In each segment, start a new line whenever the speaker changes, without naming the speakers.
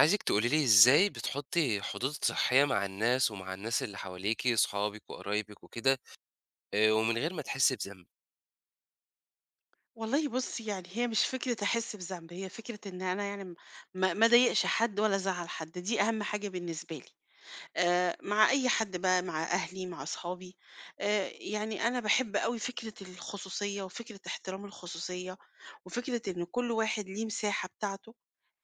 عايزِك تقولي لي إزاي بتحطّي حدود صحية مع الناس ومع الناس اللي حواليكِ، صحابِك وقرايبِك وكده، ومن غير ما تحسّي بذنب؟
والله بُص، يعني هي مش فكرة أحس بذنب، هي فكرة إن أنا يعني م ما ما أضايقش حد ولا أزعّل حد، دي أهم حاجة بالنسبة لي، مع أي حد بقى، مع أهلي، مع أصحابي، يعني أنا باحب أوي فكرة الخصوصية وفكرة احترام الخصوصية، وفكرة إن كل واحد ليه مساحة بتاعته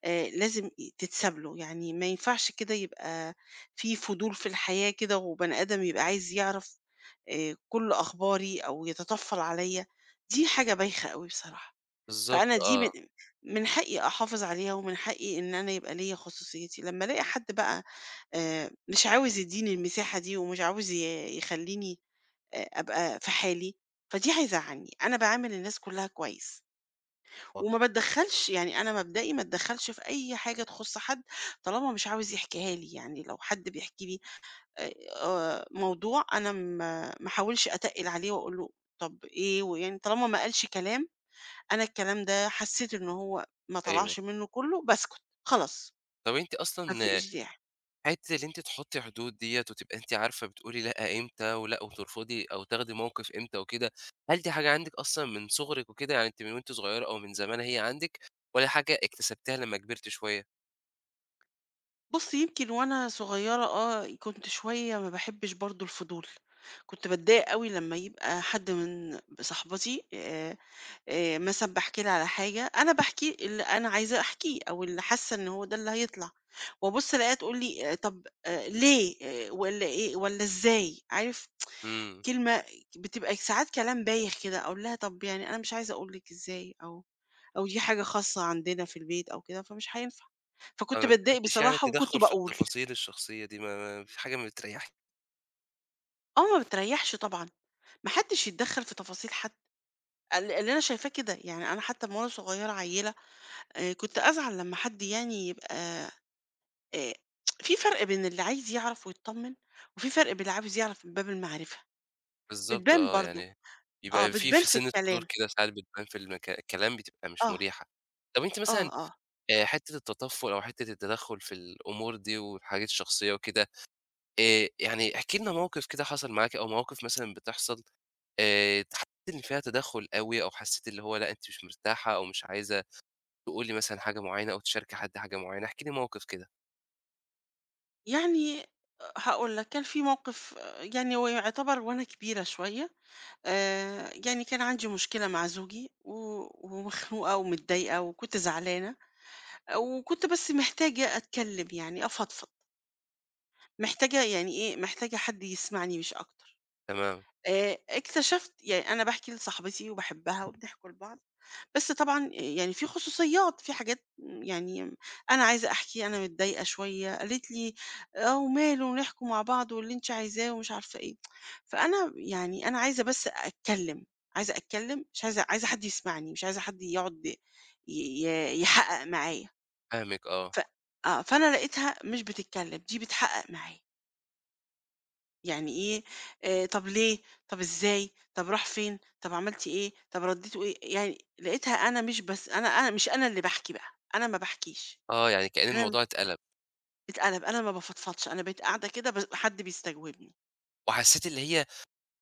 لازم تتساب له، يعني ما ينفعش كده يبقى في فضول في الحياة كده وبني آدم يبقى عايز يعرف كل أخباري أو يتطفّل عليّا، دي حاجة بايخة أوي بصراحة.
بالضبط،
فأنا دي من
آه.
من حقي أحافظ عليها، ومن حقي إن أنا يبقى ليّا خصوصيتي، لمّا ألاقي حد بقى مش عاوز يدّيني المساحة دي، ومش عاوز يخلّيني أبقى في حالي، فدي هيزعّلني. أنا باعامل الناس كلّها كويس،
آه.
وما باتدخّلش، يعني أنا مبدئي ما اتدخّلش في أي حاجة تخُص حد طالما مش عاوز يحكيها لي. يعني لو حد بيحكي لي موضوع، أنا ما احاولش أتقِّل عليه وأقول له طَب إيه، ويعني طالما ما قالش كلام أنا الكلام ده حسيت إن هو ما
أيوه.
طلعش منه كله، باسكت خلاص،
طب أنتِ
ما
أصلًا،
فيش داعي.
حتّة اللي أنتِ تحطّي حدود ديّة وتبقى أنتِ عارفة بتقولي لأ إمتى ولأ وترفضي أو تاخدي موقف إمتى وكده، هل دي حاجة عندِك أصلًا من صغرِك وكده؟ يعني أنتِ من وأنتِ صغيرة أو من زمان هي عندِك والّا حاجة اكتسبتيها لمّا كبرتِ شوية؟
بُص، يمكن وأنا صغيرة آه، كنت شوية ما باحبش برضه الفضول، كنت باتضايق أوي لمّا يبقى حد من صاحباتي مثلًا باحكي لها على حاجة، أنا باحكي اللي أنا عايزة أحكيه أو اللي حاسة إن هو ده اللي هيطلع، وأبُص ألاقيها تقول لي: آه، "طب ليه والّا إيه والّا إزاي؟" عارف؟
إمم.
كلمة بتبقى ساعات كلام بايخ كده، أقول لها طَب يعني أنا مش عايزة أقول لِك إزاي، أو دي حاجة خاصة عندنا في البيت أو كده، فمش هينفع.
آه،
فكنت
ما
باتضايق
بتحبّيش يعني
بصراحة وكنت
التدخُّل في
باقول.
التفاصيل الشخصية دي، ما فيش حاجة ما بتريّحكِ؟
آه، ما بتريّحش طبعًا، ما حدّش يتدخّل في تفاصيل حد. اللي أنا شايفاه كده، يعني أنا حتّى أمّا وأنا صغيّرة عيّلة كنت أزعل لمّا حد يعني يبقى آآ في فرق بين اللي عايز يعرف ويتطمّن، وفي فرق بين اللي عاوز يعرف من باب المعرفة،
بالضبط،
بتبان
آه.
برضه.
يعني
آه،
يبقى في
بتبان
في
في
سِنّة فضول
الكلام.
كده ساعات بتبان في الكلام بتبقى مش
آه،
مريحة. طب أنتِ
آه،
مثلًا،
آه.
حتّة التطفُّل أو حتّة التدخُّل في الأمور دي والحاجات الشخصية وكده، يعني احكي لنا موقف كده حصل معاكِ أو مواقف مثلًا بتحصل، حسّيتِ إن فيها تدخُّل أوي أو حسّيتِ اللي هو لأ، أنتِ مش مرتاحة أو مش عايزة تقولي مثلًا حاجة معيّنة أو تشاركي حد حاجة معيّنة، احكي لي موقف كده.
يعني آه، هاقول لك. كان في موقف آه، يعني هو يعتبر وأنا كبيرة شوية. يعني كان عندي مشكلة مع زوجي، و ومخنوقة ومتضايقة وكنت زعلانة، وكنت بس محتاجة أتكلم، يعني أفضفض، محتاجة يعني إيه، محتاجة حد يسمعني مش أكتر.
تمام.
اكتشفت، يعني أنا باحكي لصاحبتي وباحبها وبنحكوا لبعض بس طبعًا يعني في خصوصيات، في حاجات يعني أنا عايزة أحكي أنا متضايقة شوية، قالت لي: "آه، وماله ونحكوا مع بعض واللي أنتِ عايزاه." ومش عارفة إيه. فأنا يعني أنا عايزة بس أتكلّم، عايزة أتكلّم، مش عايزة حد يسمعني، مش عايزة حد يقعد ي ي يحقق معايا.
فاهمِك، آه.
ف آه، فأنا لقيتها مش بتتكلّم، دي بتحقق معايا. يعني إيه طب ليه، طب إزاي، طب راح فين، طب عملتِ إيه، طب ردّيته إيه، يعني لقيتها أنا مش بس أنا مش أنا اللي باحكي بقى، أنا ما باحكيش،
آه، يعني كإن
أنا
الموضوع اتقلب.
باتقلب، أنا ما بافضفضش، أنا بقيت قاعدة كده حد بيستجوبني.
وحسّيتِ اللي هي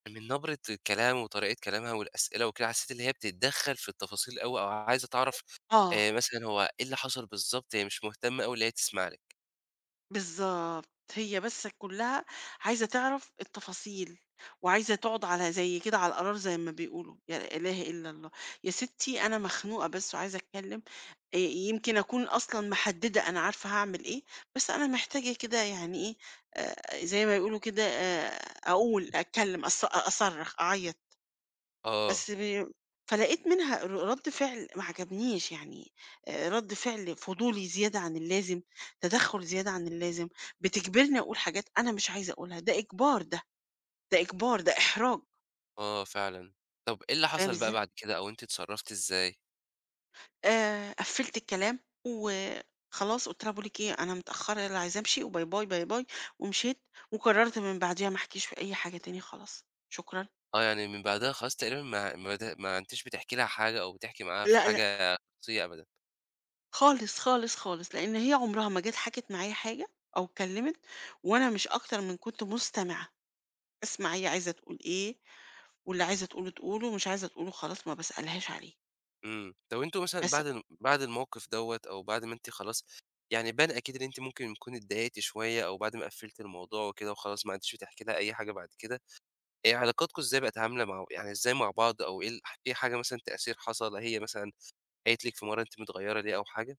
من نبرة الكلام وطريقة كلامها والأسئلة وكده، حسّيت اللي هي بتتدخّل في التفاصيل أوي أو عايزة تعرف
آه.
مثلًا هو إيه اللي حصل بالضبط، هي مش مهتمة أوي اللي هي تسمع لِك.
بالضبط، هي بس كلّها عايزة تعرف التفاصيل، وعايزة تقعد على زي كده على القرار زي ما بيقولوا، يا لا إله إلا الله، يا ستي أنا مخنوقة بس وعايزة أتكلّم. يمكن أكون أصلًا محددة أنا عارفة هاعمل إيه، بس أنا محتاجة كده يعني إيه، زي ما يقولوا كده أقول، أتكلّم، أصرّخ، أعيّط. بس
آه.
ب فلقيت منها رَد فعل ما عجبنيش، يعني رَد فعل فضولي زيادة عن اللازم، تدخُّل زيادة عن اللازم، بتجبرني أقول حاجات أنا مش عايزة أقولها، ده إجبار ده، ده إجبار، ده إحراج،
آه فعلًا. طَب إيه اللي
فاهم
حصل بقى
إزاي؟
بعد كده أو أنتِ اتصرّفتِ إزاي؟
قفّلت الكلام وخلاص قُلت لها: "باقول لِك إيه، أنا متأخّرة يالّا عايزة أمشي وباي، باي، باي، باي." ومشيت وقرّرت من بعديها ما أحكيش في أي حاجة تاني خلاص، شكرًا.
آه، يعني من بعدها خلاص تقريبًا ما أنتيش بتحكي لها حاجة أو بتحكي معاها في
لأ، لأ.
حاجة شخصية أبدًا.
خالص، خالص، خالص، لإن هي عمرها ما جات حكت معايا حاجة أو اتكلمت، وأنا مش أكتر من كنت مستمعة، أسمع هي عايزة تقول إيه، واللي عايزة تقوله تقوله، مش عايزة تقوله خلاص ما باسألهاش عليه.
إمم. طَب أنتم مثلًا
بس
بعد بعد الموقف دوّة أو بعد ما أنتِ خلاص، يعني بان أكيد إن أنتِ ممكن تكوني اتضايقتِ شوية أو بعد ما قفّلتِ الموضوع وكده وخلاص ما عدتيش بتحكي لها أي حاجة بعد كده، علاقاتكم إزاي بقت عاملة مع، يعني إزاي مع بعض، أو إيه إيه حاجة مثلًا تأثير حصل، هي مثلًا قالت لِك في مرّة أنتِ متغيّرة ليه أو حاجة؟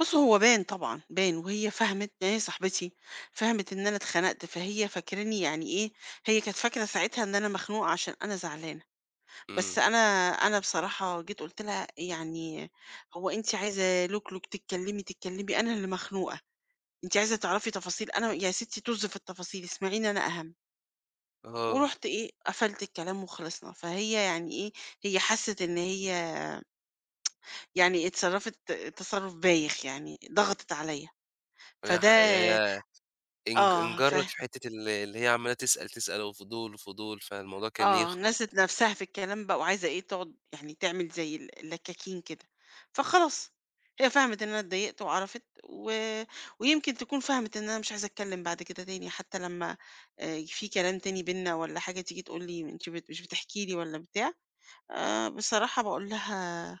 بُص، هو بان طبعًا، بان وهي فهمِت إن هي صاحبتي، فهمِت إن أنا اتخنقت، فهي فاكراني يعني إيه، هي كانت فاكرة ساعتها إن أنا مخنوقة عشان أنا زعلانة،
إمم.
بس أنا بصراحة جيت قُلت لها يعني هو أنتِ عايزة لُك، لُك، تتكلمي، تتكلمي، أنا اللي مخنوقة. أنتِ عايزة تعرفي تفاصيل، أنا يا ستي طز في التفاصيل، اسمعيني أنا أهم.
آه.
ورُحت إيه، قفلت الكلام وخلصنا، فهي يعني إيه، هي حَسِّت إن هي يعني اتصرّفت تصرُّف بايخ يعني، ضغطت عليّا،
يا
فده
ياه!
آه، ف
انجرّت في حتّة اللي هي عمّالة تسأل، تسأل وفضول، وفضول، فالموضوع كان
آه،
يخنق.
نسيت نفسها في الكلام بقى وعايزة إيه، تقعد يعني تعمل زي اللكاكين كده، فخلاص هي فهمت إن أنا اتضايقت وعرفت و ويمكن تكون فهمت إن أنا مش عايزة أتكلم بعد كده تاني، حتى لمّا في كلام تاني بيننا والّا حاجة تيجي تقول لي أنتِ مش بتحكي لي والّا بتاع، بصراحة باقول لها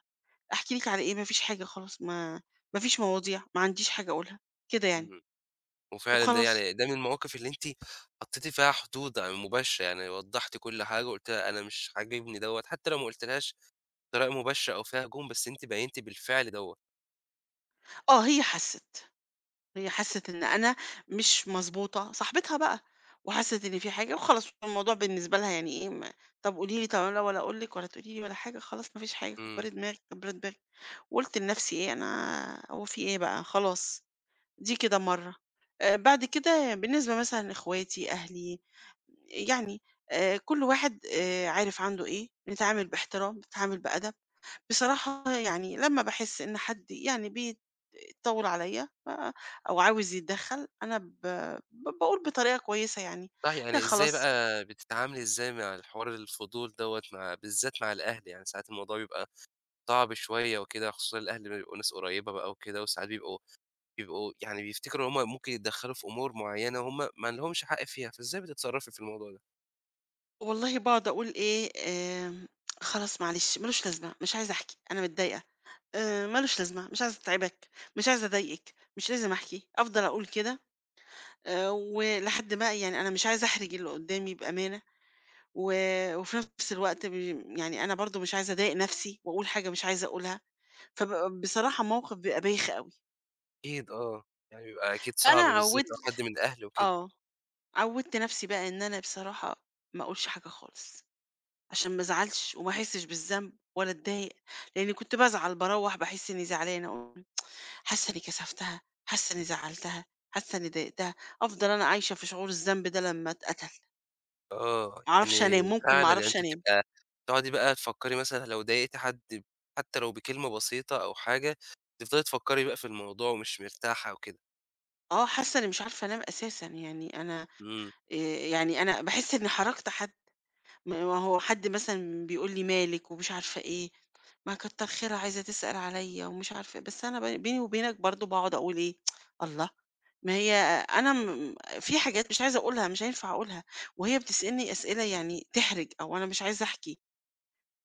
أحكي لِك على إيه، ما فيش حاجة خلاص ما فيش مواضيع، ما عنديش حاجة أقولها، كده يعني
إمم. وفعلًا ده
وخلاص.
يعني ده من المواقف اللي أنتِ حطّيتِ فيها حدود مباشرة، يعني وضّحتِ كل حاجة وقُلتِ لها أنا مش عاجبني دوّة، حتّى لو ما قُلتيلهاش بطريقة مباشرة أو فيها هجوم، بس أنتِ بيّنتِ بالفعل دوّة.
آه، هي حَسِّت. هي حسِّت إن أنا مش مضبوطة، صاحبتها بقى، وحسِّت إن في حاجة وخلاص الموضوع بالنسبة لها يعني إيه ما طب قولي لي، طب أنا ولا أقول لِك ولا تقولي لي ولا حاجة، خلاص ما فيش حاجة،
إمم.
كبّري دماغِك، كبّري دماغِك. وقُلت لنفسي إيه أنا، هو في إيه بقى خلاص، دي كده مرّة. بعد كده بالنسبة مثلًا لإخواتي، أهلي، يعني كل واحد عارف عنده إيه، نتعامل باحترام، نتعامل بأدب. بصراحة يعني لمّا باحس إن حد يعني بيطوّل عليَّ آآ، أو عاوز يتدخّل، أنا ب ب باقول بطريقة كويسة يعني،
صح،
لأ
يعني إزاي
خلاص،
بقى بتتعاملي، إزاي مع الحوار الفضول دوّة، مع بالذات مع الأهل؟ يعني ساعات الموضوع بيبقى صعب شوية وكده، خصوصًا الأهل بيبقوا ناس قريبة بقى وكده، وساعات بيبقوا يعني بيفتكروا إن هُم ممكن يتدخّلوا في أمور معيّنة هُم ما لهمش حق فيها، فإزاي بتتصرّفي في الموضوع ده؟
والله باقعد أقول إيه، خلاص معلش ما لوش لازمة، مش عايزة أحكي، أنا متضايقة، ما لوش لازمة، مش عايزة أتعبك، مش عايزة أضايقِك، مش لازم أحكي، أفضل أقول كده، ولحد ما يعني أنا مش عايزة أحرج اللي قدّامي بأمانة، و وفي نفس الوقت يعني أنا برضه مش عايزة أضايق نفسي وأقول حاجة مش عايزة أقولها. بصراحة موقف بيبقى بايخ أوي،
أكيد، آه. يعني بيبقى أكيد
فأنا
صعب بالذات لو حد من الأهل وكده.
آه، عوّدت نَفْسي بقى إن أنا بصراحة ما أقولش حاجة خالص، عشان ما أزعلش وما أحسّش بالذنب ولا أتضايق، لإنّي كنت بازعل باروّح باحس إنّي زعلانة، أقول حاسّة إنّي كسفتها، حاسّة إنّي زعّلتها، حاسّة إنّي ضايقتها، أفضل أنا عايشة في شعور الذنب ده لمّا أتقتل،
آه،
ما أعرفش أنام،
يعني
ممكن ما
فعلًا يعني
أعرفش
أنتِ
أنام.
بتبقى تقعدي بقى تفكّري مثلًا لو ضايقتِ حد حتى لو بكلمة بسيطة أو حاجة، تفضلي تفكّري بقى في الموضوع ومش مرتاحة وكده.
آه، حاسّة إنّي مش عارفة أنام أساسًا، يعني أنا
إمم.
آآ يعني أنا باحس إنّي حرجت حد. ما هو حد مثلًا بيقول لي مالِك ومش عارفة إيه، ما كتّر خيرها عايزة تسأل عليَّ ومش عارفة إيه، بس أنا بيني وبينك برضه باقعد أقول إيه، الله! ما هي أنا م في حاجات مش عايزة أقولها، مش هينفع أقولها، وهي بتسألني أسئلة يعني تحرج أو أنا مش عايزة أحكي،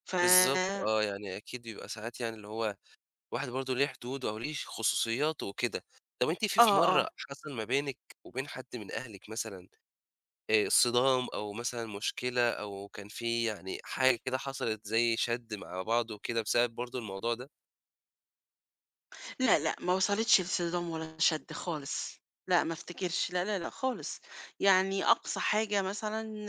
ف
بالضبط، آه. يعني أكيد بيبقى ساعات يعني اللي هو الواحد برضه ليه حدوده أو ليه خصوصياته وكده. طَب أنتِ في
آه، آه.
مرّة حصل ما بينِك وبين حد من أهلِك مثلًا، صِدام أو مثلًا مشكلة أو كان في يعني حاجة كده حصلت زي شَد مع بعض وكده بسبب برضه الموضوع ده؟
لأ، لأ، ما وصلتش لصدام ولا شَد خالص، لأ ما افتكرش، لا، لا، لأ خالص. يعني أقصى حاجة مثلًا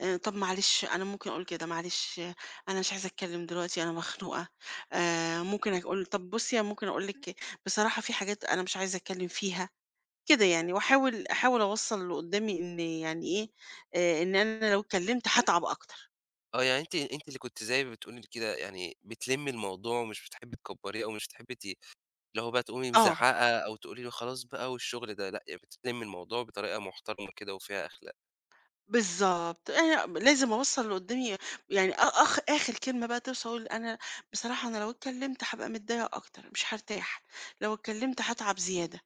طَب معلش أنا ممكن أقول كده، معلش آه، أنا مش عايزة أتكلم دلوقتي أنا مخنوقة، ممكن أقول طَب بُصّي أنا ممكن أقول لِك بصراحة في حاجات أنا مش عايزة أتكلم فيها، كده يعني، واحاول أحاول أوصّل للي قدّامي إن يعني إيه، إن أنا لو اتكلمت هاتعب أكتر.
آه، يعني أنتِ اللي كنتِ زي ما بتقولي كده، يعني بتلمّي الموضوع ومش بتحبّي تكبّريه أو مش بتحبّي اللي هو بقى تقومي
آه.
مزعّقة أو تقولي له خلاص بقى والشغل ده لأ، يعني بتلمّي الموضوع بطريقة محترمة كده وفيها أخلاق.
بالضبط، أنا لازم أوصّل اللي قُدّامي يعني أ أخ آخر كلمة بقى توصل أقول أنا بصراحة أنا لو اتكلّمت هابقى متضايقة أكتر، مش هارتاح، لو اتكلّمت هاتعب زيادة،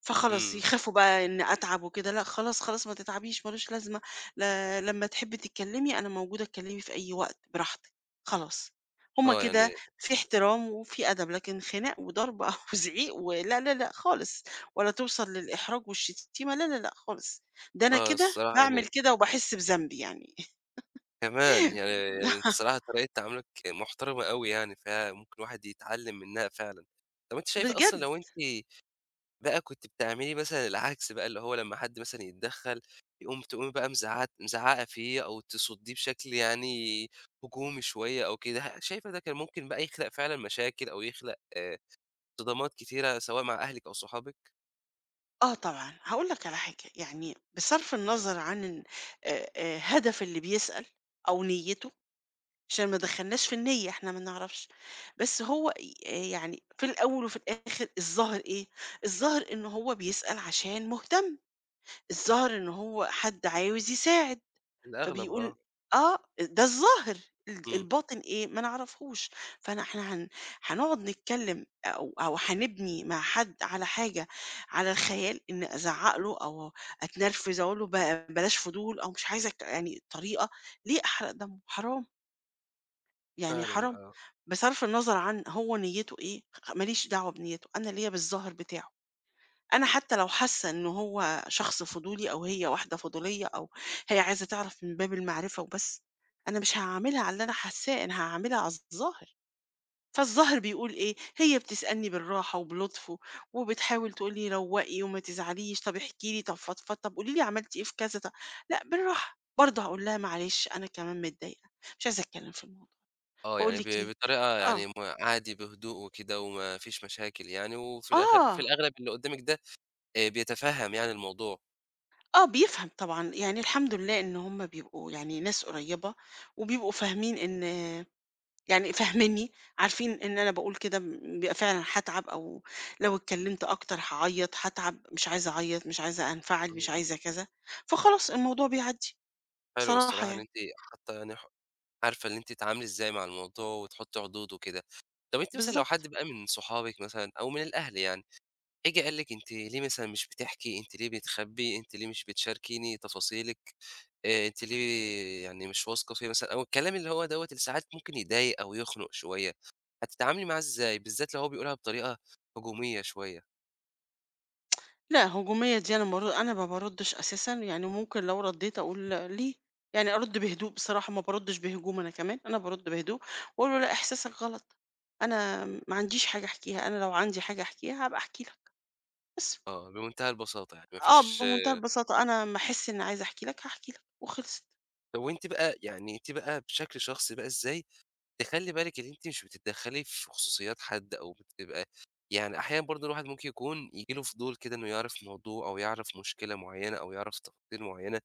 فخلاص
إمم.
يخافوا بقى إني أتعب وكده، لأ خلاص، خلاص ما تتعبيش، ما لوش لازمة، لا لمّا تحبّي تتكلّمي أنا موجودة اتكلّمي في أي وقت براحتك، خلاص، هم
آه،
كده
يعني
في احترام وفي أدب، لكن خناق وضرب أو زعيق ولا، لا، لأ خالص، ولا توصل للإحراج والشتيمة، لا، لا، لأ خالص، ده أنا
آه،
كده
الصراحة
باعمل
يعني
كده وباحس بذنب يعني
كمان، يعني أنتِ الصراحة طريقة تعاملك محترمة أوي يعني، فممكن الواحد يتعلم منها فعلًا. طب أنتِ شايفة أصلًا
بجد،
لو أنتِ بقى كنتِ بتعملي مثلًا العكس بقى، اللي هو لمّا حد مثلًا يتدخّل، يقوم تقومي بقى مزعقة فيه أو تصُدّيه بشكل يعني هجومي شوية أو كده، شايفة ده كان ممكن بقى يخلق فعلًا مشاكل أو يخلق، صدامات كتيرة سواء مع أهلِك أو صحابِك؟
آه طبعًا، هاقول لك على حاجة، يعني بصرف النظر عن ال هدف اللي بيسأل أو نيّته، عشان ما دخلناش في النيّة إحنا ما نعرفش، بس هو ي آه، يعني في الأول وفي الآخر الظاهر إيه، الظاهر إن هو بيسأل عشان مهتم، الظاهر إن هو حد عاوز يساعد.
الأغلب،
فبيقول
آه.
آه، ده الظاهر، ال
إمم.
الباطن إيه؟ ما نعرفهوش، فأنا إحنا هنقعد نتكلم أو هنبني مع حد على حاجة على الخيال إني أزعّق له، أو أتنرفز أقول له بلاش فضول، أو مش عايزة يعني طريقة، ليه أحرق دمه؟ حرام، يعني
فعلًا،
حرام،
آه.
بصرف النظر عن هو نيته إيه، ماليش دعوة بنيته، أنا ليّا بالظاهر بتاعه. أنا حتى لو حاسة إن هو شخص فضولي أو هي واحدة فضولية أو هي عايزة تعرف من باب المعرفة وبس، أنا مش هاعاملها على اللي أنا حاساه، أنا هاعاملها على الظاهر، فالظاهر بيقول إيه؟ هي بتسألني بالراحة وبلطف وبتحاول تقول لي روقي وما تزعليش، طب احكي لي، طب فضفض، طب قولي لي عملتي إيه في كذا، طب لأ بالراحة، برضه هاقول لها معلش أنا كمان متضايقة، مش عايزة أتكلم في الموضوع،
آه،
باقول
يعني
لِك إيه،
بطريقة
آه،
يعني عادي بهدوء وكده وما فيش مشاكل يعني، وفي الآخر في
آه.
الأغلب اللي قدّامِك ده، بيتفهم يعني الموضوع.
آه، بيفهم طبعًا، يعني الحمد لله إن هُم بيبقوا يعني ناس قريّبة، وبيبقوا فاهمين إن يعني فاهمينّي، عارفين إن أنا باقول كده بيبقى فعلًا هاتعب، أو لو اتكلّمت أكتر هاعيّط، هاتعب، مش عايزة أعيّط، مش عايزة أنفعل،
إمم.
مش عايزة كذا، فخلاص الموضوع بيعدّي
حلو
بصراحة
الصراحة اللي
يعني.
أنتِ حاطة يعني عارفة اللي أنتِ تتعاملي إزاي مع الموضوع وتحطّي حدود وكده. طب أنتِ مثلًا لو حد
بالضبط.
بقى من صحابِك مثلًا أو من الأهل يعني، جِه قال لِك أنتِ ليه مثلًا مش بتحكي، أنتِ ليه بتخبّي، أنتِ ليه مش بتشاركيني تفاصيلِك؟ أنتِ ليه يعني مش واثقة فيّا مثلًا، أو الكلام اللي هو دوّة اللي ساعات ممكن يضايق أو يخنق شوية، هتتعاملي معاه إزاي؟ بالذات لو هو بيقولها بطريقة هجومية شوية.
لأ، هجومية دي أنا ما باردّش أساسًا، يعني ممكن لو ردّيت أقول ليه؟ يعني أرُد بهدوء بصراحة، ما باردّش بهجوم أنا كمان، أنا بارُد بهدوء وأقول له: "لأ، إحساسك غلط، أنا ما عنديش حاجة أحكيها، أنا لو عندي حاجة أحكيها هابقى أحكي لك." بس،
آه، بمنتهى البساطة يعني ما
آه،
فيش.
بمنتهى البساطة، أنا أمّا أحس إنّي عايزة أحكي لك هاحكي لك وخلصت.
طب وأنتِ بقى يعني أنتِ بقى بشكل شخصي بقى، إزاي تخلّي بالِك إن أنتِ مش بتتدخلي في خصوصيات حد؟ أو بتبقى يعني أحيانًا برضه الواحد ممكن يكون ييجي له فضول كده إنه يعرف موضوع أو يعرف مشكلة معيّنة أو يعرف تفاصيل معيّنة،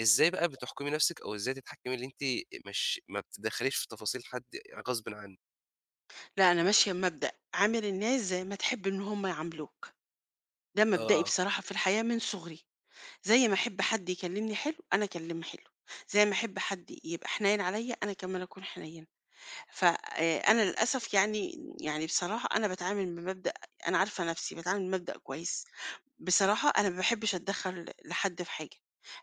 إزاي بقى بتحكمي نفسِك أو إزاي تتحكمي إن أنتِ مش ما بتتدخليش في تفاصيل حد غصبٍ عنِّك؟
لأ، أنا ماشية بمبدأ عامل الناس زي ما تحب إن هم يعاملوك، ده مبدئي
آه.
بصراحة في الحياة من صغري. زي ما أحب حد يكلمني حلو، أنا أكلمه حلو، زي ما أحب حد يبقى حنين عليَّ، أنا كمان أكون حنينة. ف أنا للأسف يعني بصراحة أنا باتعامل بمبدأ أنا عارفة نفسي، باتعامل بمبدأ كويس. بصراحة أنا ما باحبش أتدخّل لحد في حاجة،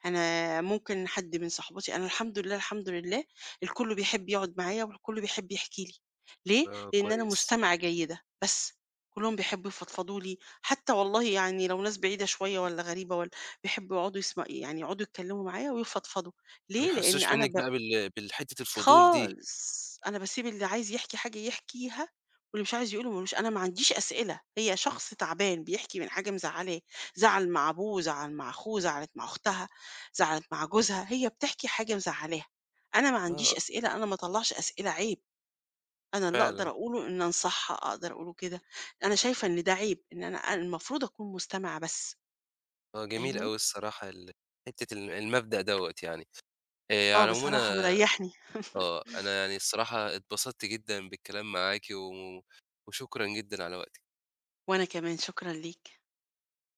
أنا ممكن حد من صاحباتي أنا الحمد لله، الحمد لله الكل بيحب يقعد معايا والكل بيحب يحكي لي، ليه؟
آه
لإن أنا
كويس.
مستمعة جيدة بس، كلّهم بيحبوا يفضفضوا لي، حتى والله يعني لو ناس بعيدة شوية والّا غريبة والّا بيحبوا يقعدوا يعني يقعدوا يتكلّموا معايا ويفضفضوا،
ما
ليه؟ لإن
بيحسّوش
أنا
منِّك بقى بالحتّة الفضول دي.
خالص، أنا باسيب اللي عايز يحكي حاجة يحكيها، واللي مش عايز يقوله مالوش، أنا ما عنديش أسئلة، هي شخص تعبان بيحكي من حاجة مزعّلاه، زعل مع أبوه، زعل مع أخوه، زعلت مع أختها، زعلت مع جوزها، هي بتحكي حاجة مزعّلاها، أنا ما عنديش
آه
أسئلة، أنا ما اطلّعش أسئلة عيب، أنا اللي أقدر
فعلًا.
أقوله إن أنصحها، أقدر أقوله كده، أنا شايفة إن ده عيب، إن أنا المفروض أكون مستمعة بس،
آه جميل
فاهمني؟
أوي الصراحة حتّة المبدأ دوّة يعني.
آه،
على العموم أنا،
بصراحة مريّحني.
آه، أنا يعني الصراحة اتبسطت جدًا بالكلام معاكِ، و وشكرًا جدًا على وقتِك.
وأنا كمان، شكرًا ليك.